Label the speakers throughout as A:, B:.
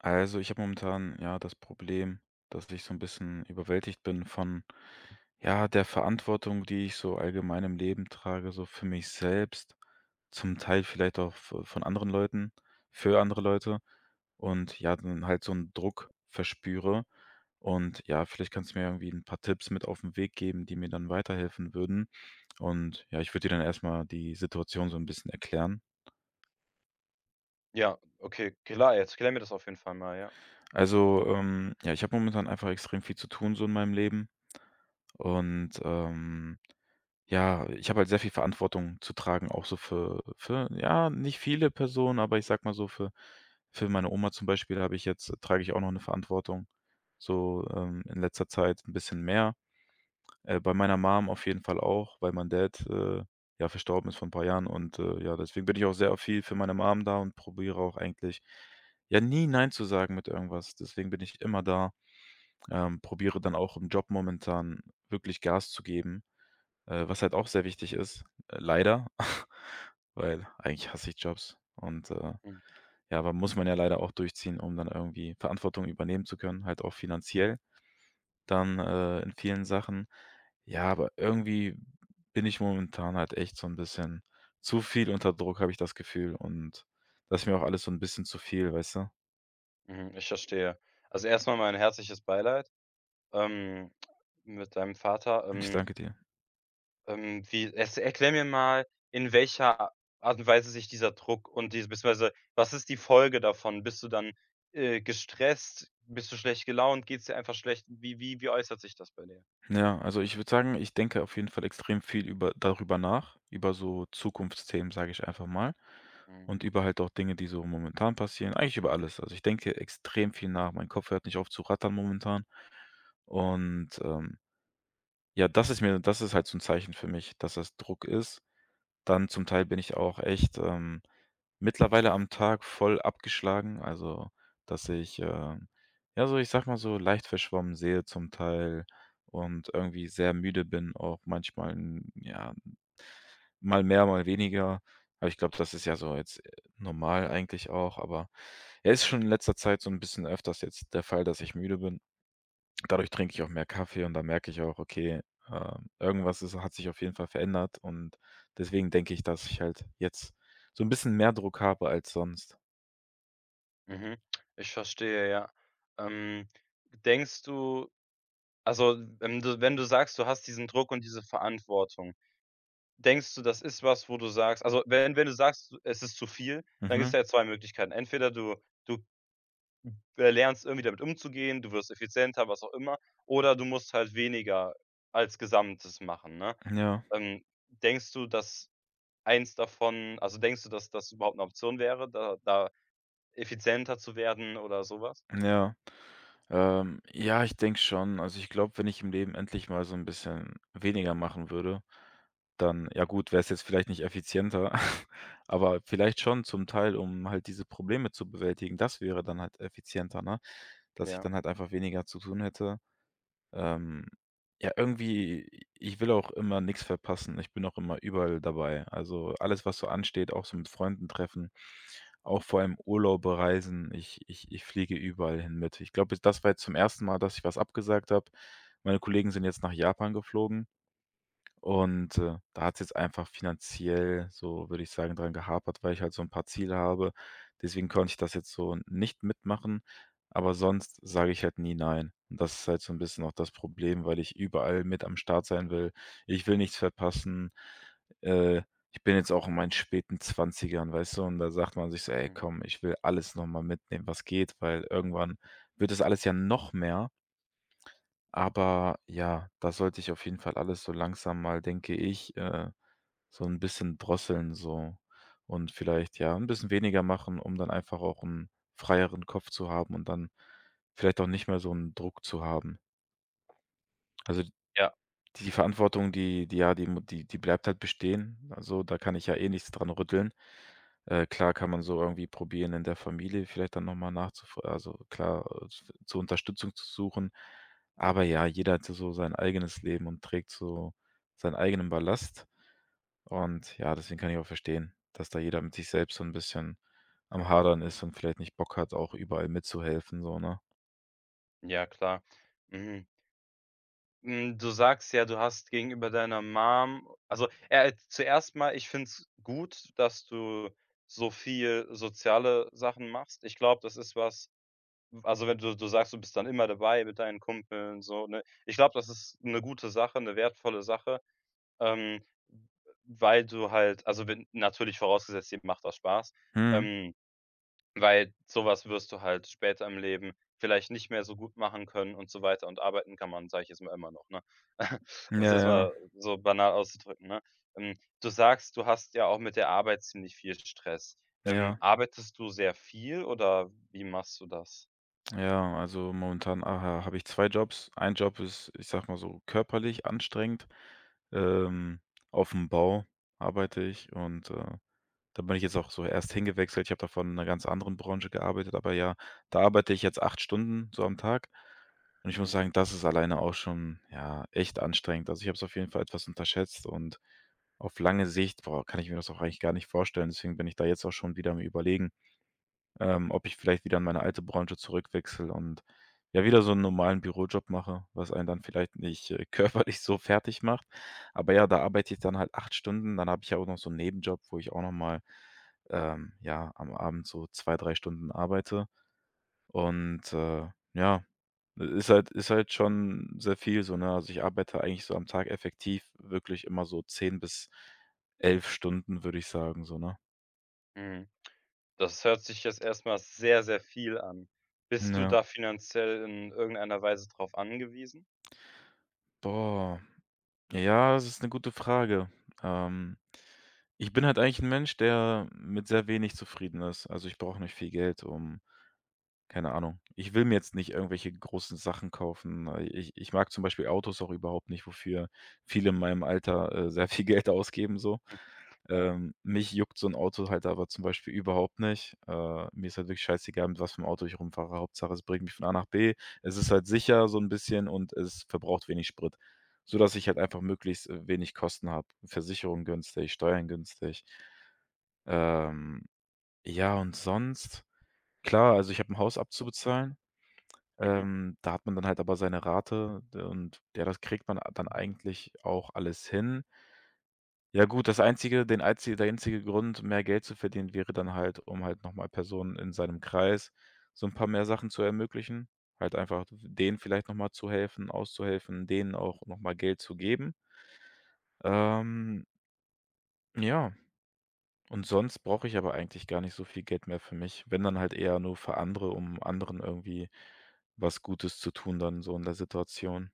A: Also, ich habe momentan, ja, das Problem, dass ich so ein bisschen überwältigt bin von, ja, der Verantwortung, die ich so allgemein im Leben trage, so für mich selbst, zum Teil vielleicht auch v von anderen Leuten für andere Leute und ja, dann halt so einen Druck verspüre. Und ja, vielleicht kannst du mir irgendwie ein paar Tipps mit auf den Weg geben, die mir dann weiterhelfen würden. Und ja, ich würde dir dann erstmal die Situation so ein bisschen erklären.
B: Ja, okay, klar, jetzt klär mir das auf jeden Fall mal, ja.
A: Also, ja, ich habe momentan einfach extrem viel zu tun so in meinem Leben. Und, ähm, ja, ich habe halt sehr viel Verantwortung zu tragen, auch so für ja, nicht viele Personen, aber ich sage mal so, für meine Oma zum Beispiel habe ich jetzt trage ich auch noch eine Verantwortung, so, in letzter Zeit ein bisschen mehr. Bei meiner Mom auf jeden Fall auch, weil mein Dad, ja, verstorben ist vor ein paar Jahren und, ja, deswegen bin ich auch sehr viel für meine Mom da und probiere auch eigentlich, ja, nie nein zu sagen mit irgendwas. Deswegen bin ich immer da, probiere dann auch im Job momentan wirklich Gas zu geben. Was halt auch sehr wichtig ist, leider, weil eigentlich hasse ich Jobs und,
B: Mhm,
A: ja, aber muss man ja leider auch durchziehen, um dann irgendwie Verantwortung übernehmen zu können, halt auch finanziell dann, in vielen Sachen. Ja, aber irgendwie bin ich momentan halt echt so ein bisschen zu viel unter Druck, habe ich das Gefühl und das ist mir auch alles so ein bisschen zu viel, weißt du?
B: mhm, ich verstehe. Also, erstmal mein herzliches Beileid, ähm, mit deinem Vater.
A: Ich danke dir.
B: Wie erst erklär mir mal, in welcher Art und Weise sich dieser Druck und diese, beziehungsweise was ist die Folge davon? Bist du dann, gestresst? Bist du schlecht gelaunt? Geht es dir einfach schlecht? Wie äußert sich das bei dir?
A: Ja, also ich würde sagen, ich denke auf jeden Fall extrem viel über darüber nach, über so Zukunftsthemen, sage ich einfach mal.
B: Mhm,
A: Und über halt auch Dinge, die so momentan passieren, eigentlich über alles. Also ich denke extrem viel nach. Mein Kopf hört nicht auf zu rattern momentan. Und ähm, ja, das ist mir, das ist halt so ein Zeichen für mich, dass das Druck ist. Dann zum Teil bin ich auch echt mittlerweile am Tag voll abgeschlagen, also, dass ich, ja, so ich sag mal so, leicht verschwommen sehe zum Teil und irgendwie sehr müde bin, auch manchmal, ja, mal mehr, mal weniger. Aber ich glaube, das ist ja so jetzt, normal eigentlich auch, aber ja, ist schon in letzter Zeit so ein bisschen öfters jetzt der Fall, dass ich müde bin. Dadurch trinke ich auch mehr Kaffee und da merke ich auch, okay, irgendwas ist hat sich auf jeden Fall verändert und deswegen denke ich, dass ich halt jetzt so ein bisschen mehr Druck habe als sonst.
B: mhm, ich verstehe, ja. Ähm, denkst du... Also, wenn du sagst, du hast diesen Druck und diese Verantwortung, denkst du, das ist was, wo du sagst? Also, wenn du sagst, es ist zu viel, dann gibt's
A: Mhm.
B: ja 2 Möglichkeiten. Entweder du du, lernst irgendwie damit umzugehen, du wirst effizienter, was auch immer, oder du musst halt weniger als Gesamtes machen, ne?
A: Ja,
B: Ähm, denkst du, dass eins davon... Also, denkst du, dass das überhaupt eine Option wäre, da effizienter zu werden oder sowas?
A: ja. Ja, ich denke schon. Also ich glaube, wenn ich im Leben endlich mal so ein bisschen weniger machen würde, dann ja gut, wäre es jetzt vielleicht nicht effizienter, aber vielleicht schon zum Teil, um halt diese Probleme zu bewältigen. Das wäre dann halt effizienter, ne? Dass ich
B: Ja,
A: dann halt einfach weniger zu tun hätte. Ähm, ja, irgendwie ich will auch immer nichts verpassen. Ich bin auch immer überall dabei. Also alles, was so ansteht, auch so mit Freunden treffen. Auch vor allem Urlaub bereisen. Ich fliege überall hin mit. Ich glaube, das war jetzt zum ersten Mal, dass ich was abgesagt habe. Meine Kollegen sind jetzt nach Japan geflogen. Und, da hat es jetzt einfach finanziell so, würde ich sagen, dran gehapert, weil ich halt so ein paar Ziele habe. Deswegen konnte ich das jetzt so nicht mitmachen, aber sonst sage ich halt nie nein. Und das ist halt so ein bisschen auch das Problem, weil ich überall mit am Start sein will. Ich will nichts verpassen. Äh, Ich bin jetzt auch in meinen späten Zwanzigern, weißt du, und da sagt man sich so: „Ey,
B: mhm.
A: komm, ich will alles noch mal mitnehmen, was geht“, weil irgendwann wird das alles ja noch mehr, aber ja, da sollte ich auf jeden Fall alles so langsam mal, denke ich, so ein bisschen drosseln so und vielleicht, ja, ein bisschen weniger machen, um dann einfach auch einen freieren Kopf zu haben und dann vielleicht auch nicht mehr so einen Druck zu haben. Also,
B: Ja,
A: die Verantwortung, die die ja, die mu die die bleibt halt bestehen. Also, da kann ich ja eh nichts dran rütteln. Klar kann man so irgendwie probieren, in der Familie vielleicht dann noch mal nachzufra also klar, z zur Unterstützung zu suchen. Aber ja, jeder hat ja so sein eigenes Leben und trägt so seinen eigenen Ballast. Und ja, deswegen kann ich auch verstehen, dass da jeder mit sich selbst so ein bisschen am Hadern ist und vielleicht nicht Bock hat, auch überall mitzuhelfen so, ne?
B: ja klar. Mhm. Hm, du sagst ja, du hast gegenüber deiner Mom... Also, zuerst mal, ich finde es gut, dass du so viel soziale Sachen machst. Ich glaube, das ist was. Also, wenn du sagst, du bist dann immer dabei mit deinen Kumpeln, so, ne? Ich glaube, das ist eine gute Sache, eine wertvolle Sache, ähm, weil du halt... Also, wenn natürlich vorausgesetzt, dir macht das Spaß,
A: Mhm.
B: ähm weil sowas wirst du halt später im Leben vielleicht nicht mehr so gut machen können und so weiter, und arbeiten kann man, sage ich jetzt mal, immer noch, ne? Um es
A: Ja,
B: jetzt
A: ja,
B: mal so banal auszudrücken, ne? Ähm, du sagst, du hast ja auch mit der Arbeit ziemlich viel Stress.
A: ja.
B: Arbeitest du sehr viel oder wie machst du das?
A: Ja, also momentan habe ich 2 Jobs. Ein Job ist, ich sage mal so, körperlich anstrengend. Ähm, auf dem Bau arbeite ich und, da bin ich jetzt auch so erst hingewechselt. Ich habe davor in einer ganz anderen Branche gearbeitet, aber ja, da arbeite ich jetzt 8 Stunden so am Tag und ich muss
B: Mhm,
A: sagen, das ist alleine auch schon, ja, echt anstrengend. Also, ich habe es auf jeden Fall etwas unterschätzt und auf lange Sicht, boah, kann ich mir das auch eigentlich gar nicht vorstellen. Deswegen bin ich da jetzt auch schon wieder am Überlegen, ob ich vielleicht wieder in meine alte Branche zurückwechsle und ja wieder so einen normalen Bürojob mache, was einen dann vielleicht nicht, körperlich so fertig macht. Aber ja, da arbeite ich dann halt 8 Stunden, dann habe ich ja auch noch so einen Nebenjob, wo ich auch noch mal, ja, am Abend so 2 3 Stunden arbeite. Und, ja, ist halt schon sehr viel so, ne? Also, ich arbeite eigentlich so am Tag effektiv wirklich immer so 10 bis 11 Stunden, würde ich sagen so, ne?
B: mhm. Das hört sich jetzt erstmal sehr, sehr viel an. Bist du
A: Ja.
B: da finanziell in irgendeiner Weise drauf angewiesen?
A: Boah. Ja, das ist eine gute Frage. Ähm, ich bin halt eigentlich ein Mensch, der mit sehr wenig zufrieden ist. Also, ich brauche nicht viel Geld, um keine Ahnung. Ich will mir jetzt nicht irgendwelche großen Sachen kaufen. Ich mag zum Beispiel Autos auch überhaupt nicht, wofür viele in meinem Alter, sehr viel Geld ausgeben so.
B: Hm, ja,
A: Mich juckt so ein Auto halt aber zum Beispiel überhaupt nicht. Mir ist halt wirklich scheißegal, mit was für 'nem Auto ich rumfahre. Hauptsache, es bringt mich von A nach B. Es ist halt sicher so ein bisschen und es verbraucht wenig Sprit, so dass ich halt einfach möglichst, wenig Kosten habe. Versicherung günstig, Steuern günstig. Ähm, ja, und sonst klar, also ich habe ein Haus abzubezahlen.
B: mhm,
A: Da hat man dann halt aber seine Rate d und ja, das kriegt man dann eigentlich auch alles hin. Ja gut, das einzige den einzi der einzige Grund, mehr Geld zu verdienen, wäre dann halt, um halt nochmal Personen in seinem Kreis so ein paar mehr Sachen zu ermöglichen. Halt einfach d denen vielleicht nochmal zu helfen, auszuhelfen, denen auch nochmal Geld zu geben. Ähm, ja, und sonst brauche ich aber eigentlich gar nicht so viel Geld mehr für mich, wenn dann halt eher nur für andere, um anderen irgendwie was Gutes zu tun dann so in der Situation.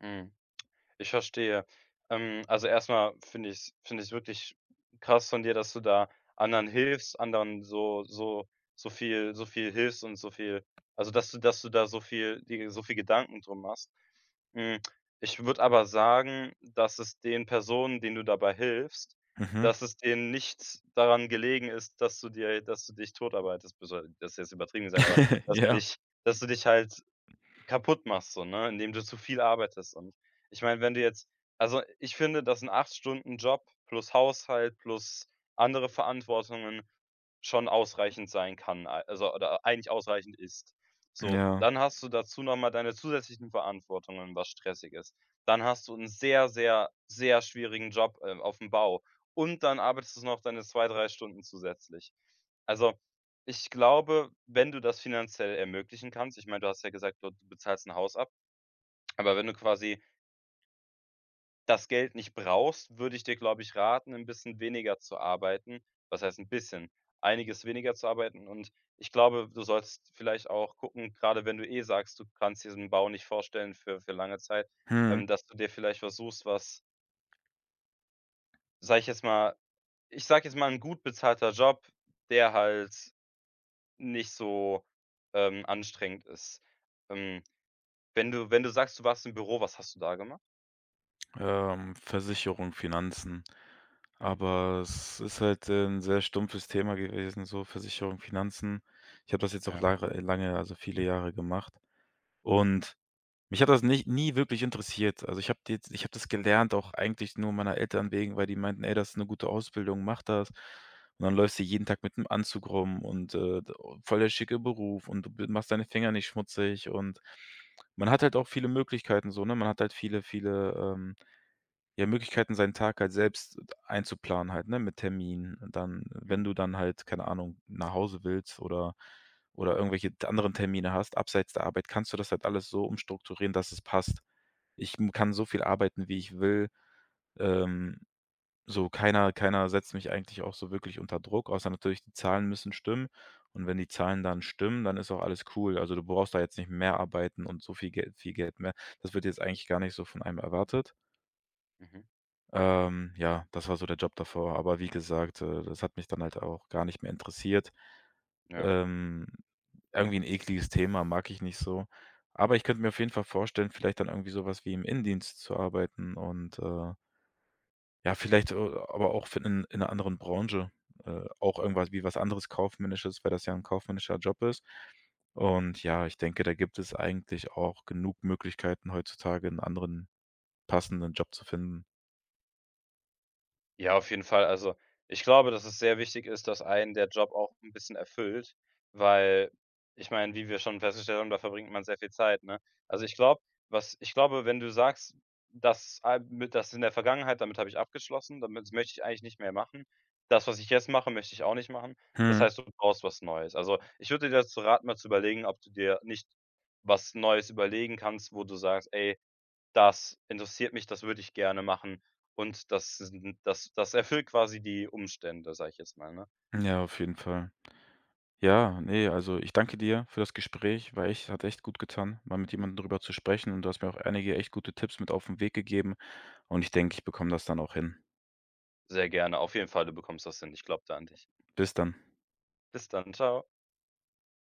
B: mhm. Ich verstehe. Also, erstmal finde ich wirklich krass von dir, dass du da anderen hilfst, anderen so so viel hilfst und so viel... Also, dass du da so viel, dir so viel Gedanken drum machst. Hm, ich würde aber sagen, dass es den Personen, denen du dabei hilfst,
A: Mhm.
B: dass es denen nichts daran gelegen ist, dass du dich totarbeitest, beziehungsweise das ist jetzt übertrieben gesagt, aber dass du
A: Ja,
B: dich dass du dich halt kaputt machst, so, ne, indem du zu viel arbeitest. Und ich meine, wenn du jetzt... Also, ich finde, dass ein 8 Stunden Job plus Haushalt plus andere Verantwortungen schon ausreichend sein kann, ei also oder eigentlich ausreichend ist. So,
A: ja.
B: dann hast du dazu noch mal deine zusätzlichen Verantwortungen, was stressig ist. Dann hast du einen sehr, sehr, sehr schwierigen Job, auf dem Bau, und dann arbeitest du noch deine 2 3 Stunden zusätzlich. Also, ich glaube, wenn du das finanziell ermöglichen kannst, ich meine, du hast ja gesagt, du bezahlst 'n Haus ab, aber wenn du quasi das Geld nicht brauchst, würde ich dir, glaube ich, raten, 'n bisschen weniger zu arbeiten. Was heißt 'n bisschen? Einiges weniger zu arbeiten. Und ich glaube, du solltest vielleicht auch gucken, grade wenn du eh sagst, du kannst diesen Bau nicht vorstellen für lange Zeit,
A: Mhm.
B: dass du dir vielleicht versuchst, was... Sage ich jetzt mal, ich sage jetzt mal 'n gut bezahlter Job, der halt nicht so, anstrengend ist. Ähm Wenn du sagst, du warst im Büro, was hast du da gemacht?
A: Versicherung, Finanzen.
B: Mhm.
A: Aber es ist halt, 'n sehr stumpfes Thema gewesen, so Versicherung, Finanzen. Ich habe das jetzt auch
B: Ja.
A: lare lange also, viele Jahre gemacht. Und mich hat das nicht nie wirklich interessiert. Also, ich habe das gelernt, auch eigentlich nur meiner Eltern wegen, weil die meinten: „Ey, das ist eine gute Ausbildung, mach das.“ Und dann läufst du jeden Tag mit 'nem Anzug rum und, d oh, voll der schicke Beruf und du b machst deine Finger nicht schmutzig und man hat halt auch viele Möglichkeiten so, ne? Man hat halt viele, viele, ja, Möglichkeiten, seinen Tag halt selbst einzuplanen halt, ne, mit Terminen. Und dann, wenn
B: Mhm.
A: du dann halt, keine Ahnung, nach Hause willst oder irgendwelche t anderen Termine hast, abseits der Arbeit, kannst du das halt alles so umstrukturieren, dass es passt. Ich m kann so viel arbeiten, wie ich will. Ähm, so keiner setzt mich eigentlich auch so wirklich unter Druck, außer natürlich die Zahlen müssen stimmen. Und wenn die Zahlen dann stimmen, dann ist auch alles cool. Also, du brauchst da jetzt nicht mehr arbeiten und so viel Geld mehr. Das wird jetzt eigentlich gar nicht so von einem erwartet.
B: Mhm.
A: Ja, das war so der Job davor. Aber wie gesagt, das hat mich dann halt auch gar nicht mehr interessiert.
B: Ja.
A: Ähm, irgendwie ein ekliges Thema, mag ich nicht so. Aber ich könnte mir auf jeden Fall vorstellen, vielleicht dann irgendwie so was wie im Innendienst zu arbeiten und, ja, vielleicht, aber auch für in 'ner anderen Branche, auch irgendwas wie was anderes Kaufmännisches, weil das ja ein kaufmännischer Job ist. Und ja, ich denke, da gibt es eigentlich auch genug Möglichkeiten heutzutage, einen anderen passenden Job zu finden.
B: Ja, auf jeden Fall. Also, ich glaube, dass es sehr wichtig ist, dass einen der Job auch ein bisschen erfüllt, weil, ich meine, wie wir schon festgestellt haben, da verbringt man sehr viel Zeit, ne? Also, ich glaube... Wenn du sagst: „Das, mit, das in der Vergangenheit, damit habe ich abgeschlossen, damit, das möchte ich eigentlich nicht mehr machen. Das, was ich jetzt mache, möchte ich auch nicht machen.“ Das
A: Hm.
B: heißt, du brauchst was Neues. Also, ich würde dir dazu raten, mal zu überlegen, ob du dir nicht was Neues überlegen kannst, wo du sagst: „Ey, das interessiert mich, das würde ich gerne machen, und das, das erfüllt quasi die Umstände“, sage ich jetzt mal, ne?
A: Ja, auf jeden Fall. Ja, ne, also ich danke dir für das Gespräch, weil echt hat echt gut getan, mal mit jemandem drüber zu sprechen und du hast mir auch einige echt gute Tipps mit auf den Weg gegeben und ich denke, ich bekomme das dann auch hin.
B: Sehr gerne. Auf jeden Fall, du bekommst das hin. Ich glaube da an dich.
A: Bis dann.
B: Bis dann. Ciao.